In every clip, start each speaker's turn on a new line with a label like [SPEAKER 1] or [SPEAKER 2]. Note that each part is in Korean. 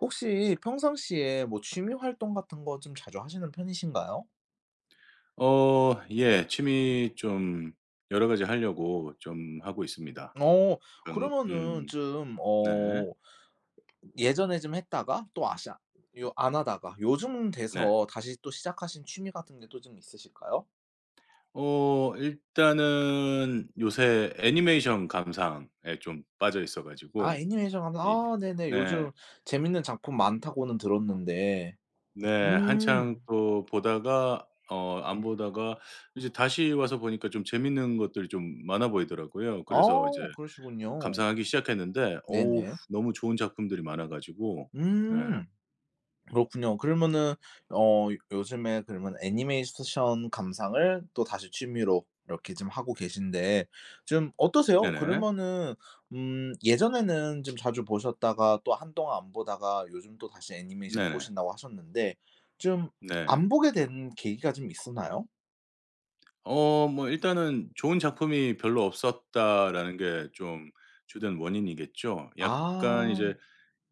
[SPEAKER 1] 혹시 평상시에 뭐 취미 활동 같은 거 좀 자주 하시는 편이신가요?
[SPEAKER 2] 어 예. 취미 좀 여러 가지 하려고 좀 하고 있습니다.
[SPEAKER 1] 어
[SPEAKER 2] 그러니까 우
[SPEAKER 1] 그러면은 좀
[SPEAKER 2] 네.
[SPEAKER 1] 예전에 좀 했다가 또 아시 요 안 하다가 요즘
[SPEAKER 2] 네.
[SPEAKER 1] 돼서 다시 또 시작하신 취미 같은 게 또 좀 있으실까요?
[SPEAKER 2] 어 일단은 요새 애니메이션 감상에 좀 빠져 있어
[SPEAKER 1] 아,
[SPEAKER 2] 가지고
[SPEAKER 1] 애니메이션 하면.
[SPEAKER 2] 이
[SPEAKER 1] 아, 네네.
[SPEAKER 2] 네.
[SPEAKER 1] 요즘 재밌는 작품 많다고는 들었는데.
[SPEAKER 2] 네. 한창
[SPEAKER 1] 음.
[SPEAKER 2] 또 보다가 어 안 보다가 이제 다시 와서 보니까 좀 재밌는 것들이 좀 많아 보이더라고요.
[SPEAKER 1] 아,
[SPEAKER 2] 그래서 이제
[SPEAKER 1] 그러시군요.
[SPEAKER 2] 감상하기 시작했는데 어우
[SPEAKER 1] 네네.
[SPEAKER 2] 너무 좋은 작품들이 많아 가지고 네.
[SPEAKER 1] 음. 그렇군요. 그러면은 요즘에 그러면 애니메이션 감상을 또 다시 취미로 이렇게 좀 하고 계신데 좀 어떠세요?
[SPEAKER 2] 네네.
[SPEAKER 1] 그러면은 음, 예전에는 좀 자주 보셨다가 또 한동안 안 보다가 요즘 또 다시 애니메이션
[SPEAKER 2] 네네.
[SPEAKER 1] 보신다고 하셨는데 좀
[SPEAKER 2] 네.
[SPEAKER 1] 안 보게 된 계기가 좀 있었나요?
[SPEAKER 2] 어 뭐 일단은 '좋은 작품이 별로 없었다.'라는 게 좀 주된 원인이겠죠. 약간
[SPEAKER 1] 아,
[SPEAKER 2] 이제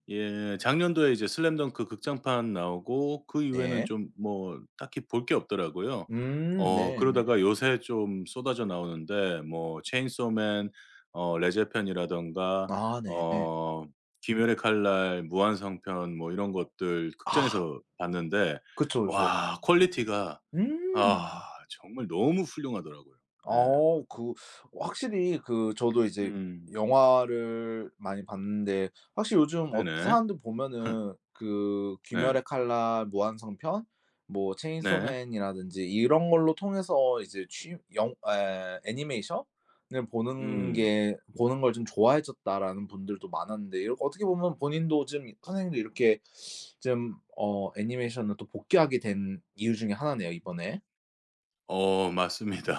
[SPEAKER 2] 예 작년도에 이제 슬램덩크 극장판 나오고 그 이후에는
[SPEAKER 1] 네.
[SPEAKER 2] 좀 뭐 딱히 볼 게 없더라고요. 어
[SPEAKER 1] 네네.
[SPEAKER 2] 그러다가 요새 좀 쏟아져 나오는데 뭐 체인소맨 어 레제편이라든가
[SPEAKER 1] 아, 네.
[SPEAKER 2] 어 귀멸의 칼날, 무한성편 뭐 이런 것들
[SPEAKER 1] 아,
[SPEAKER 2] 극장에서 봤는데
[SPEAKER 1] 그쵸, 그쵸.
[SPEAKER 2] 와 퀄리티가
[SPEAKER 1] 음.
[SPEAKER 2] 아 정말 너무 훌륭하더라고요. 예.
[SPEAKER 1] 어 그 확실히 저도 이제
[SPEAKER 2] 음.
[SPEAKER 1] 영화를 많이 봤는데, 확실히 요즘
[SPEAKER 2] 네네.
[SPEAKER 1] 사람들 보면은 그
[SPEAKER 2] 네.
[SPEAKER 1] 귀멸의 칼날, 무한성편, 뭐
[SPEAKER 2] 네.
[SPEAKER 1] 체인소맨이라든지 이런 걸로 통해서 이제 취 영 에 애니메이션을 보는
[SPEAKER 2] 음.
[SPEAKER 1] 게 '보는 걸 좀 좋아해졌다.'라는 분들도 많았는데, 이렇 어떻게 보면 본인도, 지금 선생님도 이렇게 좀 애니메이션을 또 복귀하게 된 이유 중에 하나네요, 이번에.
[SPEAKER 2] 어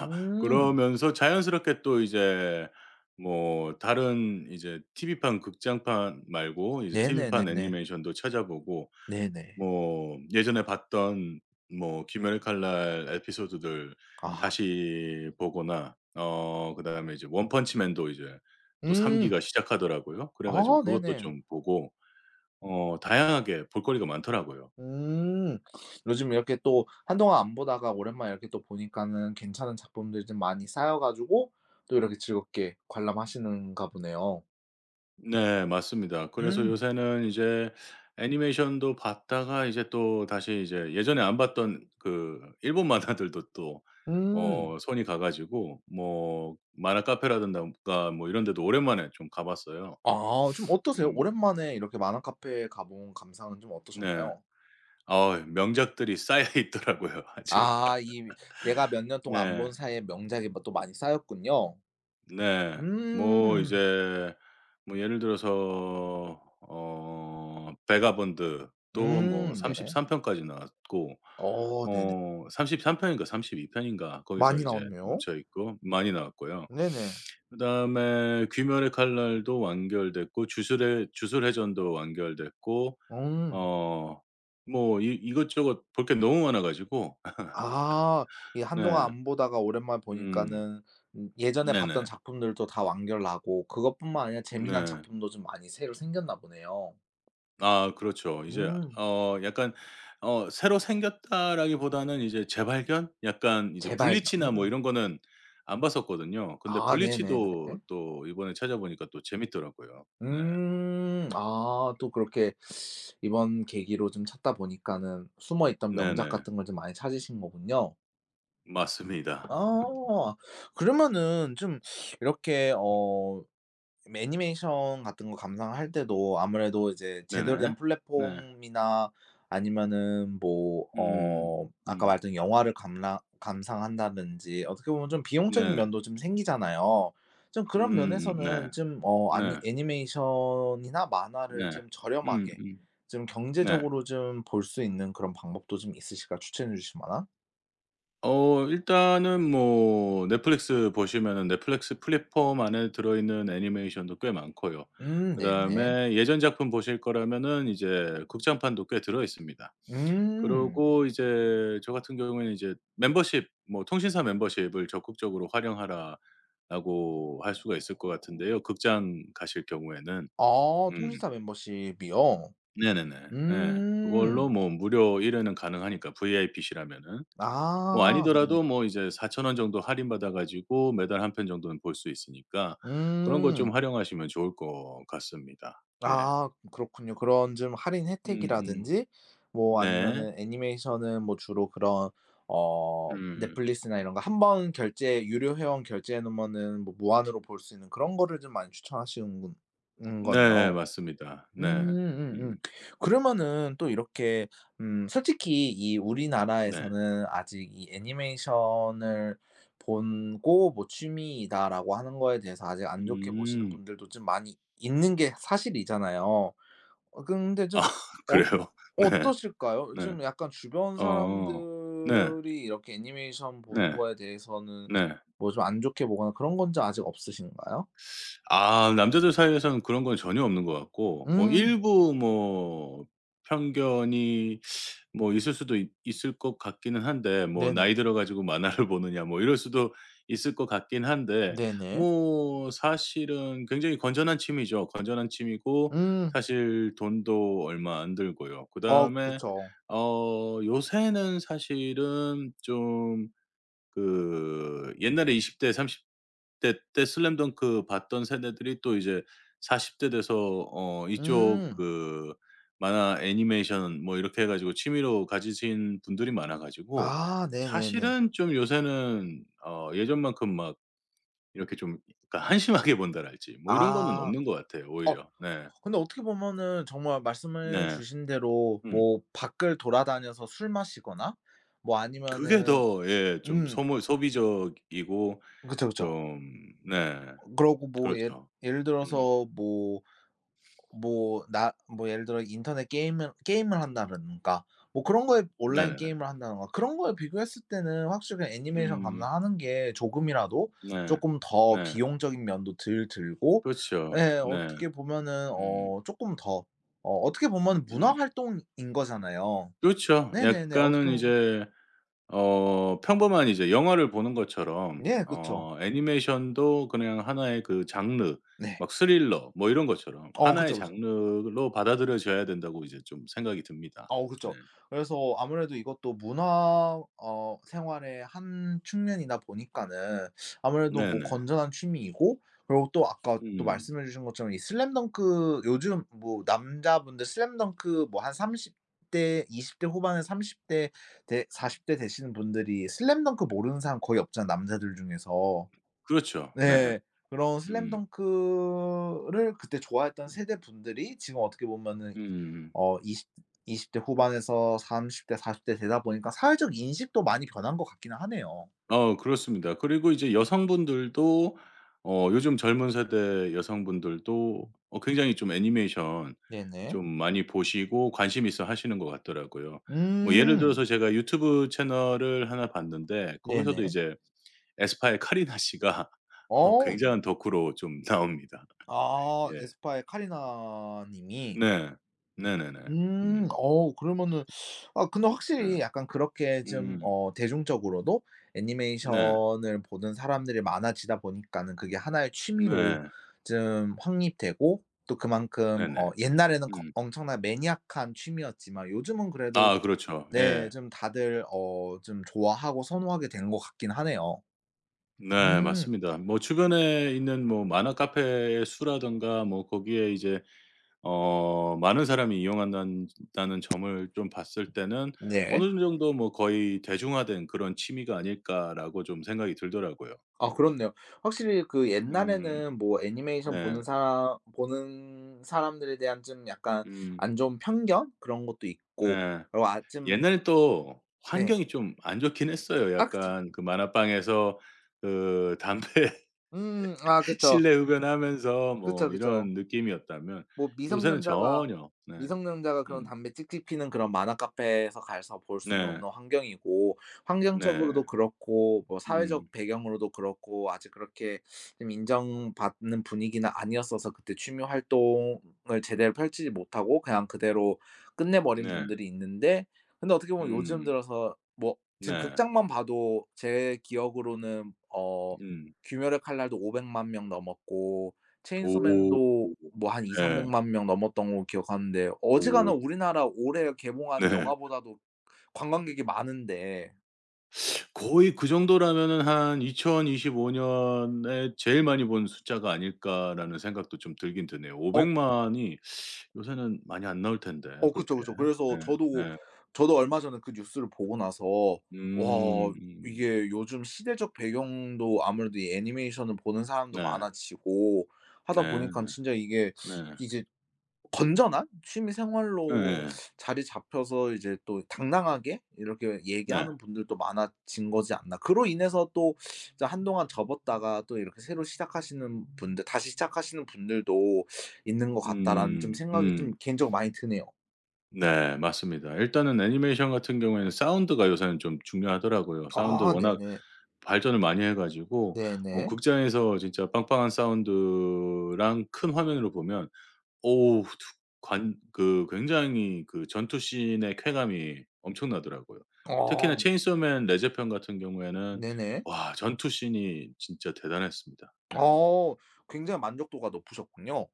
[SPEAKER 1] 음. 음.
[SPEAKER 2] 그러면서 자연스럽게 또 이제 뭐 다른 이제 TV판 극장판 말고 이제 TV판
[SPEAKER 1] 네네네네.
[SPEAKER 2] 애니메이션도 찾아보고
[SPEAKER 1] 네네.
[SPEAKER 2] 뭐 예전에 봤던 뭐 귀멸의 칼날 에피소드들
[SPEAKER 1] 아.
[SPEAKER 2] 다시 보거나 어 그다음에 이제 원펀치맨도 이제 또 3
[SPEAKER 1] 음.
[SPEAKER 2] 기가 시작하더라고요. 그래 가지고
[SPEAKER 1] 아
[SPEAKER 2] 그것도
[SPEAKER 1] 네네.
[SPEAKER 2] 좀 보고 어 다양하게 볼거리가 많더라고요.
[SPEAKER 1] 음. 요즘 이렇게 또 한동안 안 보다가 오랜만에 이렇게 또 보니까는 괜찮은 작품들이 좀 많이 쌓여 가지고 또 이렇게 즐겁게 관람하시는가 보네요.
[SPEAKER 2] 네 맞습니다. 그래서
[SPEAKER 1] 음.
[SPEAKER 2] 요새는 이제 애니메이션도 봤다가 이제 또 다시 이제 예전에 안 봤던 그 일본 만화들도 또
[SPEAKER 1] 음.
[SPEAKER 2] 어 손이 가 가지고 뭐 만화 카페라든가 뭐 이런 데도 오랜만에 좀 가 봤어요.
[SPEAKER 1] 아, 좀 어떠세요?
[SPEAKER 2] 음
[SPEAKER 1] 오랜만에 이렇게 만화 카페에 가본 감상은 좀
[SPEAKER 2] 네.
[SPEAKER 1] 어떠셨나요?
[SPEAKER 2] 아 명작들이 쌓여 있더라고요 아주.
[SPEAKER 1] 아, 이 내가 몇 년 동안 안
[SPEAKER 2] 네.
[SPEAKER 1] 본 사이에 명작이 뭐 또 많이 쌓였군요.
[SPEAKER 2] 네. 뭐
[SPEAKER 1] 음.
[SPEAKER 2] 이제 뭐 예를 들어서 어 베가본드 또뭐
[SPEAKER 1] 네.
[SPEAKER 2] 33 편까지 나왔고
[SPEAKER 1] 어 네네.
[SPEAKER 2] 어 33 편인가 32 편인가 거기서
[SPEAKER 1] 많이
[SPEAKER 2] 이제
[SPEAKER 1] 나왔네요.
[SPEAKER 2] 멈춰 있고 많이 나왔고요.
[SPEAKER 1] 네네.
[SPEAKER 2] 그다음에 귀멸의 칼날도 완결됐고 주술의 주술회전도 완결됐고
[SPEAKER 1] 음.
[SPEAKER 2] 어 뭐 이 이것저것 볼게 너무 많아 가지고
[SPEAKER 1] 아. 이 한동안
[SPEAKER 2] 네.
[SPEAKER 1] 안 보다가 오랜만에
[SPEAKER 2] 음.
[SPEAKER 1] 보니까는 음, 예전에 봤던
[SPEAKER 2] 네네.
[SPEAKER 1] 작품들도 다 완결나고, 그것뿐만 아니라 재미난
[SPEAKER 2] 네.
[SPEAKER 1] 작품도 좀 많이 새로 생겼나 보네요.
[SPEAKER 2] 아 그렇죠. 이제
[SPEAKER 1] 음.
[SPEAKER 2] 어 약간 어 새로 생겼다라기보다는 이제 재발견? 약간 이제
[SPEAKER 1] 재발견.
[SPEAKER 2] 블리치나 뭐
[SPEAKER 1] 음.
[SPEAKER 2] 이런 거는 안 봤었거든요. 근데
[SPEAKER 1] 아 네네네.
[SPEAKER 2] 블리치도 또 이번에 찾아보니까 또 재밌더라고요. 네.
[SPEAKER 1] 음. 아, 또 그렇게 이번 계기로 좀 찾다 보니까는 숨어 있던 명작
[SPEAKER 2] 네네.
[SPEAKER 1] 같은 걸 좀 많이 찾으신 거군요.
[SPEAKER 2] 맞습니다.
[SPEAKER 1] 아. 그러면은 좀 이렇게 애니메이션 같은 거 감상할 때도 아무래도 이제 제대로
[SPEAKER 2] 네네.
[SPEAKER 1] 된
[SPEAKER 2] 네.
[SPEAKER 1] 플랫폼이나 아니면은 뭐
[SPEAKER 2] 음.
[SPEAKER 1] 아까
[SPEAKER 2] 음.
[SPEAKER 1] 말했던 영화를 감라 감상한다든지, 어떻게 보면 좀 비용적인
[SPEAKER 2] 네.
[SPEAKER 1] 면도 좀 생기잖아요. 좀 그런
[SPEAKER 2] 음음 네.
[SPEAKER 1] 면에서는 좀 어 아니
[SPEAKER 2] 네.
[SPEAKER 1] 애니메이션이나 만화를
[SPEAKER 2] 네.
[SPEAKER 1] 좀
[SPEAKER 2] 음음.
[SPEAKER 1] 저렴하게, 좀
[SPEAKER 2] 네.
[SPEAKER 1] 경제적으로 좀 볼 수 있는 그런 방법도 좀 있으실까요? 추천해 주실 만한?
[SPEAKER 2] 어 일단은 뭐 넷플릭스 보시면은 넷플릭스 플랫폼 안에 들어있는 애니메이션도 꽤 많고요.
[SPEAKER 1] 네네.
[SPEAKER 2] 그다음에 예전 작품 보실 거라면은 이제 극장판도 꽤 들어 있습니다.
[SPEAKER 1] 음.
[SPEAKER 2] 그러고 이제 저 같은 경우에는 이제 멤버십 뭐 통신사 멤버십을 적극적으로 활용하라라고 할 수가 있을 것 같은데요, 극장 가실 경우에는.
[SPEAKER 1] 아,
[SPEAKER 2] 음.
[SPEAKER 1] 통신사 멤버십이요?
[SPEAKER 2] 네네네. 예. 그걸로
[SPEAKER 1] 음.
[SPEAKER 2] 뭐 무료 1회는 가능하니까 VIP시라면은. 뭐
[SPEAKER 1] 아 네네.
[SPEAKER 2] 아니더라도 뭐 이제 4천원 정도 할인받아 가지고 매달 한편 정도는 볼 수 있으니까 그런 것
[SPEAKER 1] 음.
[SPEAKER 2] 좀 활용하시면 좋을 것 같습니다. 예.
[SPEAKER 1] 아, 그렇군요. 그런 좀 할인
[SPEAKER 2] 음음.
[SPEAKER 1] 혜택이라든지 뭐
[SPEAKER 2] 네.
[SPEAKER 1] 아니면은 애니메이션은 뭐 주로 그런
[SPEAKER 2] 음.
[SPEAKER 1] 넷플릭스나 이런 거 한번 결제, 유료 회원 결제해 놓으면은 뭐 무한으로 볼 수 있는 그런 거를 좀 많이 추천하시는 분 는
[SPEAKER 2] 네
[SPEAKER 1] 거네요.
[SPEAKER 2] 맞습니다. 네. 음
[SPEAKER 1] 음음음. 그러면은 또 이렇게 음, 솔직히 이
[SPEAKER 2] 네.
[SPEAKER 1] 우리나라에서는 아직 이 애니메이션을 보고 뭐 취미이다라고 하는 거에 대해서 아직 안 좋게 보시는
[SPEAKER 2] 음.
[SPEAKER 1] 분들도 좀 많이 있는 게 사실이잖아요. 근데
[SPEAKER 2] 아
[SPEAKER 1] 좀 어
[SPEAKER 2] 그래요? 네.
[SPEAKER 1] 어떠실까요?
[SPEAKER 2] 네.
[SPEAKER 1] 좀 약간 주변
[SPEAKER 2] 어. 네.
[SPEAKER 1] 사람들이 이렇게 애니메이션 보는
[SPEAKER 2] 네.
[SPEAKER 1] 거에 대해서는
[SPEAKER 2] 네.
[SPEAKER 1] 뭐 좀 안 좋게 보거나 그런 건지 아직 없으신가요?
[SPEAKER 2] 아 남자들 사이에서는 그런 건 전혀 없는 것 같고 뭐
[SPEAKER 1] 음.
[SPEAKER 2] 일부 뭐 편견이 뭐 있을 수도 있을것 같기는 한데 뭐 "나이
[SPEAKER 1] 네네.
[SPEAKER 2] 들어 가지고 만화를 보느냐." 뭐 이럴 수도 있을 것 같긴 한데
[SPEAKER 1] 네네.
[SPEAKER 2] 뭐 사실은 굉장히 건전한 취미죠. 건전한 취미고
[SPEAKER 1] 음.
[SPEAKER 2] 사실 돈도 얼마 안 들고요.
[SPEAKER 1] 어
[SPEAKER 2] 그다음에
[SPEAKER 1] 그쵸.
[SPEAKER 2] 어 요새는 사실은 좀 그 옛날에 20대 30대 때 슬램덩크 봤던 세대들이 또 이제 40대 돼서 어 이쪽
[SPEAKER 1] 음.
[SPEAKER 2] 그 만화 애니메이션 뭐 이렇게 해 가지고 취미로 가지신 분들이 많아 가지고
[SPEAKER 1] 아 네네네.
[SPEAKER 2] 사실은 좀 요새는 어 예전만큼 막 이렇게 좀 그러니까 한심하게 본다랄지 뭐 이런 거는
[SPEAKER 1] 아.
[SPEAKER 2] 없는 것 같아요
[SPEAKER 1] 어
[SPEAKER 2] 오히려. 네.
[SPEAKER 1] 근데 어떻게 보면은 정말 말씀해
[SPEAKER 2] 네.
[SPEAKER 1] 주신 대로
[SPEAKER 2] 음.
[SPEAKER 1] 뭐 밖을 돌아다녀서 술 마시거나 뭐
[SPEAKER 2] 그게
[SPEAKER 1] 아니면은
[SPEAKER 2] 더 예 좀
[SPEAKER 1] 음,
[SPEAKER 2] 소모 소비적이고
[SPEAKER 1] 그쵸, 그쵸.
[SPEAKER 2] 좀 네.
[SPEAKER 1] 그러고 뭐 예,
[SPEAKER 2] 그렇죠.
[SPEAKER 1] 예를
[SPEAKER 2] 음.
[SPEAKER 1] 들어서 뭐 뭐 나 뭐 예를 들어 인터넷 게임을, 한다든가, 뭐 그런 거에 온라인
[SPEAKER 2] 네네네.
[SPEAKER 1] 게임을 한다든가, 그런 거에 비교했을 때는 확실히 애니메이션
[SPEAKER 2] 음.
[SPEAKER 1] 감상하는 게 조금이라도
[SPEAKER 2] 네.
[SPEAKER 1] 조금 더
[SPEAKER 2] 네.
[SPEAKER 1] 비용적인 면도 덜 들고,
[SPEAKER 2] 그렇죠.
[SPEAKER 1] 예,
[SPEAKER 2] 네.
[SPEAKER 1] 어떻게 보면은
[SPEAKER 2] 음.
[SPEAKER 1] 조금 더 어떻게 보면 문화
[SPEAKER 2] 음.
[SPEAKER 1] 활동인 거잖아요.
[SPEAKER 2] 그렇죠.
[SPEAKER 1] 네네네.
[SPEAKER 2] 약간은
[SPEAKER 1] 어떻게 보면.
[SPEAKER 2] 이제 어 평범한 이제 영화를 보는 것처럼
[SPEAKER 1] 예 그쵸.
[SPEAKER 2] 어 애니메이션도 그냥 하나의 그 장르
[SPEAKER 1] 네.
[SPEAKER 2] 막 스릴러 뭐 이런 것처럼
[SPEAKER 1] 어
[SPEAKER 2] 하나의
[SPEAKER 1] 그쵸, 그쵸.
[SPEAKER 2] 장르로 받아들여져야 된다고 이제 좀 생각이 듭니다.
[SPEAKER 1] 어
[SPEAKER 2] 네.
[SPEAKER 1] 그쵸. 그래서 아무래도 이것도 문화 생활의 한 측면이다 보니까는 아무래도 뭐
[SPEAKER 2] 네네.
[SPEAKER 1] 건전한 취미이고, 그리고 또 아까 또
[SPEAKER 2] 음.
[SPEAKER 1] 말씀해 주신 것처럼 이 슬램덩크, 요즘 뭐 남자분들 슬램덩크 뭐 한 30대 20대 후반에 30대대40대 되시는 분들이 슬램덩크 모르는 사람 거의 없잖아요, 남자들 중에서.
[SPEAKER 2] 그렇죠. 네.
[SPEAKER 1] 네. 그런
[SPEAKER 2] 음.
[SPEAKER 1] 슬램덩크를 그때 좋아했던 세대분들이 지금 어떻게 보면은
[SPEAKER 2] 음음.
[SPEAKER 1] 20 이십 대 후반에서 30대 40대 되다 보니까 사회적 인식도 많이 변한 것 같기는 하네요.
[SPEAKER 2] 어 그렇습니다. 그리고 이제 여성분들도 어 요즘 젊은 세대 여성분들도 어 굉장히 좀 애니메이션
[SPEAKER 1] 네네.
[SPEAKER 2] 좀 많이 보시고 관심 있어 하시는 것 같더라고요. 뭐 예를
[SPEAKER 1] 음.
[SPEAKER 2] 들어서 제가 유튜브 채널을 하나 봤는데 거기서도
[SPEAKER 1] 네네.
[SPEAKER 2] 이제 에스파의 카리나 씨가 어
[SPEAKER 1] 어
[SPEAKER 2] 굉장한
[SPEAKER 1] 네.
[SPEAKER 2] 덕후로 좀 나옵니다. 예.
[SPEAKER 1] 아, 에스파의 카리나 님이.
[SPEAKER 2] 네. 네네네.
[SPEAKER 1] 음.
[SPEAKER 2] 음.
[SPEAKER 1] 그러면은 아, 근데
[SPEAKER 2] 네.
[SPEAKER 1] 확실히 약간 그렇게 좀
[SPEAKER 2] 음.
[SPEAKER 1] 대중적으로도
[SPEAKER 2] 네.
[SPEAKER 1] 애니메이션을 보는 사람들이 많아지다 보니까는 그게 하나의 취미로
[SPEAKER 2] 네.
[SPEAKER 1] 좀 확립되고, 또 그만큼
[SPEAKER 2] 네네.
[SPEAKER 1] 옛날에는 거
[SPEAKER 2] 음.
[SPEAKER 1] 엄청게 매니악한 취미였지만 요즘은 그래도
[SPEAKER 2] 아 그렇죠.
[SPEAKER 1] 네,
[SPEAKER 2] 예.
[SPEAKER 1] 좀 다들 좀 좋아하고 선호하게 된 것 같긴 하네요.
[SPEAKER 2] 네
[SPEAKER 1] 음.
[SPEAKER 2] 맞습니다. 뭐 주변에 있는 뭐 만화 카페의 수라든가 뭐 거기에 이제 어 많은 사람이 이용한다는 점을 좀 봤을 때는
[SPEAKER 1] 네.
[SPEAKER 2] 어느 정도 뭐 '거의 대중화된 그런 취미가 아닐까.'라고 좀 생각이 들더라고요.
[SPEAKER 1] 아, 그렇네요. 확실히 그
[SPEAKER 2] 음
[SPEAKER 1] 옛날에는 뭐 애니메이션
[SPEAKER 2] 네.
[SPEAKER 1] 보는 사람들에 대한 좀 약간
[SPEAKER 2] 음
[SPEAKER 1] 안 좋은 편견 그런 것도 있고,
[SPEAKER 2] 네.
[SPEAKER 1] 그리고 아 좀
[SPEAKER 2] 옛날에 또
[SPEAKER 1] 네.
[SPEAKER 2] 환경이 좀 안 좋긴 했어요.
[SPEAKER 1] 아 그쵸.
[SPEAKER 2] 약간 그 만화방에서 그 담배
[SPEAKER 1] 음. 아 그쵸.
[SPEAKER 2] 실내 흡연하면서 뭐
[SPEAKER 1] 그쵸, 그쵸.
[SPEAKER 2] 이런 느낌이었다면
[SPEAKER 1] 뭐
[SPEAKER 2] 요새는 전혀 네.
[SPEAKER 1] 미성년자가 그런
[SPEAKER 2] 음.
[SPEAKER 1] 담배 찍찍 피는 그런 만화 카페에서 가서 볼 수는
[SPEAKER 2] 네.
[SPEAKER 1] 없는 환경이고,
[SPEAKER 2] 네.
[SPEAKER 1] 환경적으로도 그렇고 뭐
[SPEAKER 2] 음.
[SPEAKER 1] 사회적 배경으로도 그렇고 아직 그렇게 좀 인정받는 분위기는 아니었어서 그때 취미 활동을 제대로 펼치지 못하고 그냥 그대로 끝내버린
[SPEAKER 2] 네.
[SPEAKER 1] 분들이 있는데, 근데 어떻게 보면 요즘
[SPEAKER 2] 음.
[SPEAKER 1] 들어서 뭐 지금
[SPEAKER 2] 네.
[SPEAKER 1] 극장만 봐도 제 기억으로는
[SPEAKER 2] 음.
[SPEAKER 1] '귀멸의 칼날'도 5 0 0명 넘었고,
[SPEAKER 2] 오.
[SPEAKER 1] 체인소맨도 뭐 한2삼백3
[SPEAKER 2] 네.
[SPEAKER 1] 0 0만명 넘었던 걸로 기억하는데,
[SPEAKER 2] 오.
[SPEAKER 1] 어지간한 우리나라 올해 개봉한
[SPEAKER 2] 네.
[SPEAKER 1] 영화보다도 관광객이 많은데
[SPEAKER 2] 거의 그 정도라면은 한 2025 년에 제일 많이 본 숫자가 아닐까라는 생각도 좀 들긴 드네요. 5 0 0
[SPEAKER 1] 어
[SPEAKER 2] 만이 요새는 많이 안 나올 텐데
[SPEAKER 1] 어 그쵸,
[SPEAKER 2] 그렇게.
[SPEAKER 1] 그쵸.
[SPEAKER 2] 네.
[SPEAKER 1] 그래서 저도
[SPEAKER 2] 네.
[SPEAKER 1] 얼마 전에 그 뉴스를 보고 나서
[SPEAKER 2] 음.
[SPEAKER 1] 와,
[SPEAKER 2] 음.
[SPEAKER 1] 이게 요즘 시대적 배경도 아무래도 이 애니메이션을 보는 사람도
[SPEAKER 2] 네.
[SPEAKER 1] 많아지고 하다
[SPEAKER 2] 네.
[SPEAKER 1] 보니깐 진짜 이게
[SPEAKER 2] 네.
[SPEAKER 1] 이제 건전한 취미 생활로
[SPEAKER 2] 예예예.
[SPEAKER 1] 자리 잡혀서 이제 또 당당하게 이렇게
[SPEAKER 2] 네.
[SPEAKER 1] 얘기하는 분들도 많아진 거지 않나. 그로 인해서 또 이제 한동안 접었다가 또 이렇게 새로 시작하시는 분들, 다시 시작하시는 분들도 있는 것 같다라는 좀
[SPEAKER 2] 음.
[SPEAKER 1] 생각이 좀
[SPEAKER 2] 음.
[SPEAKER 1] 개인적으로 많이 드네요.
[SPEAKER 2] 네 맞습니다. 일단은 애니메이션 같은 경우에는 사운드가 요새는 좀 중요하더라고요. 사운드
[SPEAKER 1] 아
[SPEAKER 2] 워낙
[SPEAKER 1] 네네.
[SPEAKER 2] 발전을 많이 해 가지고 어
[SPEAKER 1] 네네.
[SPEAKER 2] 극장에서 진짜 빵빵한 사운드랑 큰 화면으로 보면 오우 관 그 굉장히 그 전투씬의 쾌감이 엄청나더라고요. 특히나
[SPEAKER 1] 어
[SPEAKER 2] 체인소맨 레저편 같은 경우에는
[SPEAKER 1] 네네.
[SPEAKER 2] 와 전투씬이 진짜 대단했습니다. 네.
[SPEAKER 1] 어, 굉장히 만족도가 높으셨군요.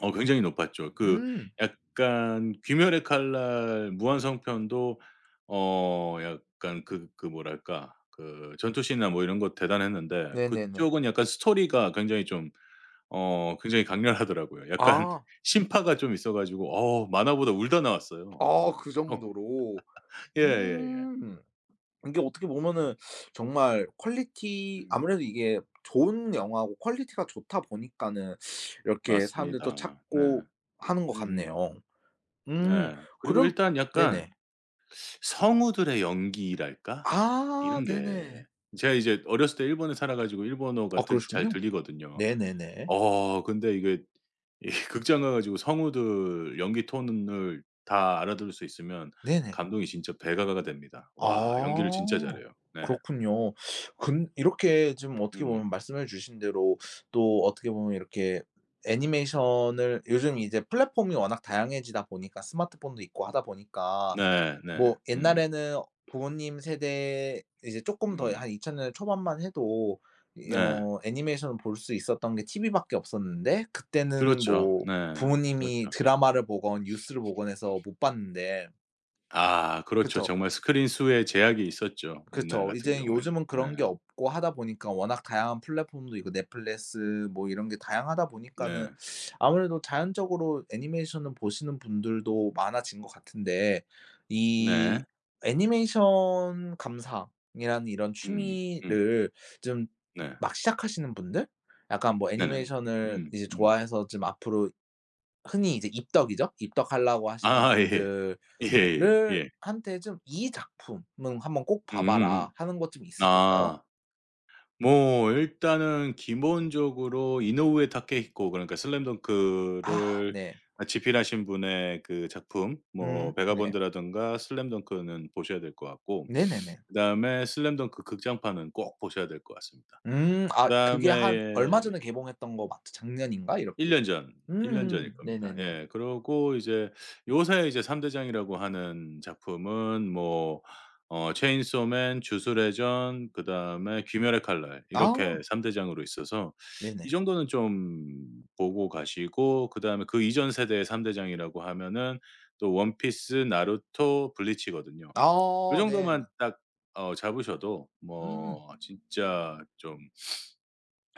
[SPEAKER 2] 어 굉장히 높았죠. 그
[SPEAKER 1] 음
[SPEAKER 2] 약간 귀멸의 칼날 무한성편도 어 약간 그 그 뭐랄까 그 전투씬이나 뭐 이런 거 대단했는데
[SPEAKER 1] 네네네.
[SPEAKER 2] 그쪽은 약간 스토리가 굉장히 좀 어 굉장히 강렬하더라고요. 약간
[SPEAKER 1] 아.
[SPEAKER 2] 신파가 좀 있어 가지고 어 만화보다 울다 나왔어요.
[SPEAKER 1] 아,
[SPEAKER 2] 어.
[SPEAKER 1] 그
[SPEAKER 2] 어
[SPEAKER 1] 정도로.
[SPEAKER 2] 예예예.
[SPEAKER 1] 음. 이게 어떻게
[SPEAKER 2] 음
[SPEAKER 1] 보면은 정말 퀄리티,
[SPEAKER 2] 음,
[SPEAKER 1] 아무래도 이게 좋은 영화고 퀄리티가 좋다 보니까는 이렇게 사람들도
[SPEAKER 2] 맞습니다. 네.
[SPEAKER 1] 찾고 하는 것
[SPEAKER 2] 음.
[SPEAKER 1] 같네요. 음.
[SPEAKER 2] 네. 그리고
[SPEAKER 1] 그럼.
[SPEAKER 2] 일단 약간
[SPEAKER 1] 네네.
[SPEAKER 2] 성우들의 연기랄까?
[SPEAKER 1] 아
[SPEAKER 2] 이런 게
[SPEAKER 1] 네네.
[SPEAKER 2] 제가 이제 어렸을 때 일본에 살아 가지고
[SPEAKER 1] 아,
[SPEAKER 2] 일본어가 들 잘
[SPEAKER 1] 그러시군요.
[SPEAKER 2] 들리거든요.
[SPEAKER 1] 네네네.
[SPEAKER 2] 어 근데 이게 이 극장 가 가지고 성우들 연기 톤을 다 알아들을 수 있으면
[SPEAKER 1] 네네.
[SPEAKER 2] 감동이 진짜 배가가가 됩니다. 와 연기를
[SPEAKER 1] 아.
[SPEAKER 2] 진짜 잘해요. 네.
[SPEAKER 1] 그렇군요. 근 이렇게 지금 어떻게
[SPEAKER 2] 음.
[SPEAKER 1] 보면 말씀해 주신 대로, 또 어떻게 보면 이렇게 애니메이션을 요즘 이제 플랫폼이 워낙 다양해지다 보니까, 스마트폰도 있고 하다 보니까,
[SPEAKER 2] 네 네.
[SPEAKER 1] 뭐
[SPEAKER 2] 음.
[SPEAKER 1] 옛날에는 부모님 세대 이제 쪼끔 더
[SPEAKER 2] 음.
[SPEAKER 1] 한 2000 년대 초반만 해도 이
[SPEAKER 2] 네.
[SPEAKER 1] 애니메이션을 볼 수 있었던 게 티브이밖에 없었는데, 그때는
[SPEAKER 2] 그렇죠.
[SPEAKER 1] 뭐
[SPEAKER 2] 네. 네.
[SPEAKER 1] 부모님이
[SPEAKER 2] 그렇죠.
[SPEAKER 1] 드라마를 보건 뉴스를 보건 해서 못 봤는데,
[SPEAKER 2] 아 그렇죠.
[SPEAKER 1] 그쵸.
[SPEAKER 2] 정말 스크린 수에 제약이 있었죠, 옛날
[SPEAKER 1] 그쵸.
[SPEAKER 2] 같은
[SPEAKER 1] 이제
[SPEAKER 2] 경우에는.
[SPEAKER 1] 요즘은
[SPEAKER 2] 네.
[SPEAKER 1] 그런 게 없고 하다 보니까 워낙 다양한 플랫폼도 있고, 넷플릭스 뭐 이런 게 다양하다 보니까는
[SPEAKER 2] 네.
[SPEAKER 1] 아무래도 자연적으로 애니메이션을 보시는 분들도 많아진 것 같은데, 이
[SPEAKER 2] 네.
[SPEAKER 1] 애니메이션 감상이라는 이런
[SPEAKER 2] 음. 음.
[SPEAKER 1] 취미를 좀
[SPEAKER 2] 네.
[SPEAKER 1] 막 시작하시는 분들? 약간 뭐
[SPEAKER 2] 네네네.
[SPEAKER 1] 애니메이션을
[SPEAKER 2] 음.
[SPEAKER 1] 이제
[SPEAKER 2] 음.
[SPEAKER 1] 좋아해서 좀 앞으로 흔히 이제 입덕이죠. 입덕하려고 하시는 음,
[SPEAKER 2] 아 예.
[SPEAKER 1] 분들
[SPEAKER 2] 예예.
[SPEAKER 1] 를
[SPEAKER 2] 예.
[SPEAKER 1] 한테 좀 "이 작품은 한번 꼭 봐 봐라."
[SPEAKER 2] 음음음.
[SPEAKER 1] 음, 하는 것 좀 있으실까요?
[SPEAKER 2] 아. 뭐 일단은 기본적으로 이노우에 타케히코 그러니까
[SPEAKER 1] 아
[SPEAKER 2] 슬램덩크를
[SPEAKER 1] 네.
[SPEAKER 2] 아 집필하신 분의 그 작품 뭐
[SPEAKER 1] 네.
[SPEAKER 2] 베가본드라든가 슬램덩크는 보셔야 될 것 같고
[SPEAKER 1] 네네네.
[SPEAKER 2] 그다음에 슬램덩크 극장판은 꼭 보셔야 될 것 같습니다.
[SPEAKER 1] 음, 아
[SPEAKER 2] 그다음에
[SPEAKER 1] 그게 한 얼마
[SPEAKER 2] 예,
[SPEAKER 1] 전에 개봉했던 거 맞죠? 작년인가
[SPEAKER 2] 1
[SPEAKER 1] 이렇게.
[SPEAKER 2] 년 전, 1년 전일
[SPEAKER 1] 음음.
[SPEAKER 2] 겁니다.
[SPEAKER 1] 네네네.
[SPEAKER 2] 예. 그러고 이제 요새 이제 3 대장이라고 하는 작품은 뭐 어 체인소맨, 주술의 전 그다음에 귀멸의 칼날
[SPEAKER 1] 아
[SPEAKER 2] 이렇게 3 대장으로 있어서 이
[SPEAKER 1] 네네.
[SPEAKER 2] 정도는 좀 보고 가시고 그다음에 그 이전 세대의 3 대장이라고 하면은 또 원피스, 나루토, 블리치거든요. 요
[SPEAKER 1] 아 네.
[SPEAKER 2] 정도만 딱 어 잡으셔도
[SPEAKER 1] 음.
[SPEAKER 2] 뭐 진짜 좀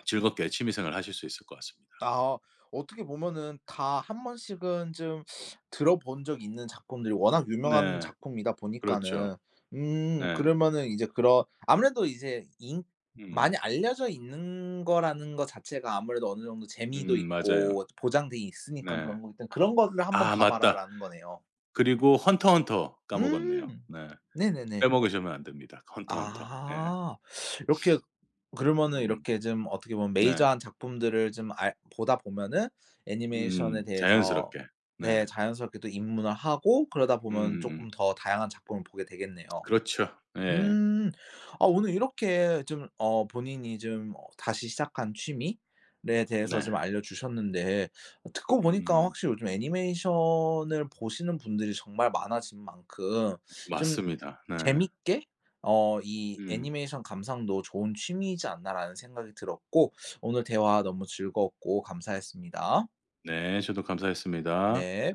[SPEAKER 2] 즐겁게 취미 생활 하실 수 있을 것 같습니다.
[SPEAKER 1] 아, 어떻게 보면은 다 한 번씩은 좀 들어본 적 있는 작품들이 워낙 유명한
[SPEAKER 2] 네.
[SPEAKER 1] 작품이다
[SPEAKER 2] 그렇죠.
[SPEAKER 1] 보니까는 음,
[SPEAKER 2] 네.
[SPEAKER 1] 그러면은 이제 그런 아무래도 이제 인
[SPEAKER 2] 음.
[SPEAKER 1] 많이 알려져 있는 거라는 것 자체가 아무래도 어느 정도 재미도
[SPEAKER 2] 맞아요.
[SPEAKER 1] 있고 보장돼 있으니까,
[SPEAKER 2] 네.
[SPEAKER 1] 그런 거기 때문에 '그런 거를 한번
[SPEAKER 2] 아
[SPEAKER 1] 봐
[SPEAKER 2] 맞다.
[SPEAKER 1] 봐라.'라는 거네요.
[SPEAKER 2] 그리고 헌터 헌터 까먹었네요.
[SPEAKER 1] 음.
[SPEAKER 2] 네.
[SPEAKER 1] 네네네.
[SPEAKER 2] 빼먹으시면 안 됩니다. 헌터 헌터. 예.
[SPEAKER 1] 아. 이렇게, 그러면은
[SPEAKER 2] 음.
[SPEAKER 1] 이렇게 좀 어떻게 보면
[SPEAKER 2] 네.
[SPEAKER 1] 메이저한 작품들을 좀 알 보다 보면은 애니메이션에
[SPEAKER 2] 음.
[SPEAKER 1] 대해서
[SPEAKER 2] 자연스럽게. 네.
[SPEAKER 1] 네, 자연스럽게 또 입문을 하고 그러다 보면
[SPEAKER 2] 음음음.
[SPEAKER 1] 조금 더 다양한 작품을 보게 되겠네요.
[SPEAKER 2] 그렇죠. 예.
[SPEAKER 1] 음. 아, 오늘 이렇게 좀 본인이 좀 다시 시작한 취미에 대해서
[SPEAKER 2] 네.
[SPEAKER 1] 좀 알려주셨는데, 어, 듣고 보니까
[SPEAKER 2] 음.
[SPEAKER 1] 확실히 요즘 애니메이션을 보시는 분들이 정말 많아진 만큼 좀
[SPEAKER 2] 맞습니다. 네.
[SPEAKER 1] 재밌게 이
[SPEAKER 2] 음.
[SPEAKER 1] '애니메이션 감상도 좋은 취미이지 않나.'라는 생각이 들었고, 오늘 대화 너무 즐거웠고 감사했습니다.
[SPEAKER 2] 네. 저도 감사했습니다.
[SPEAKER 1] 네.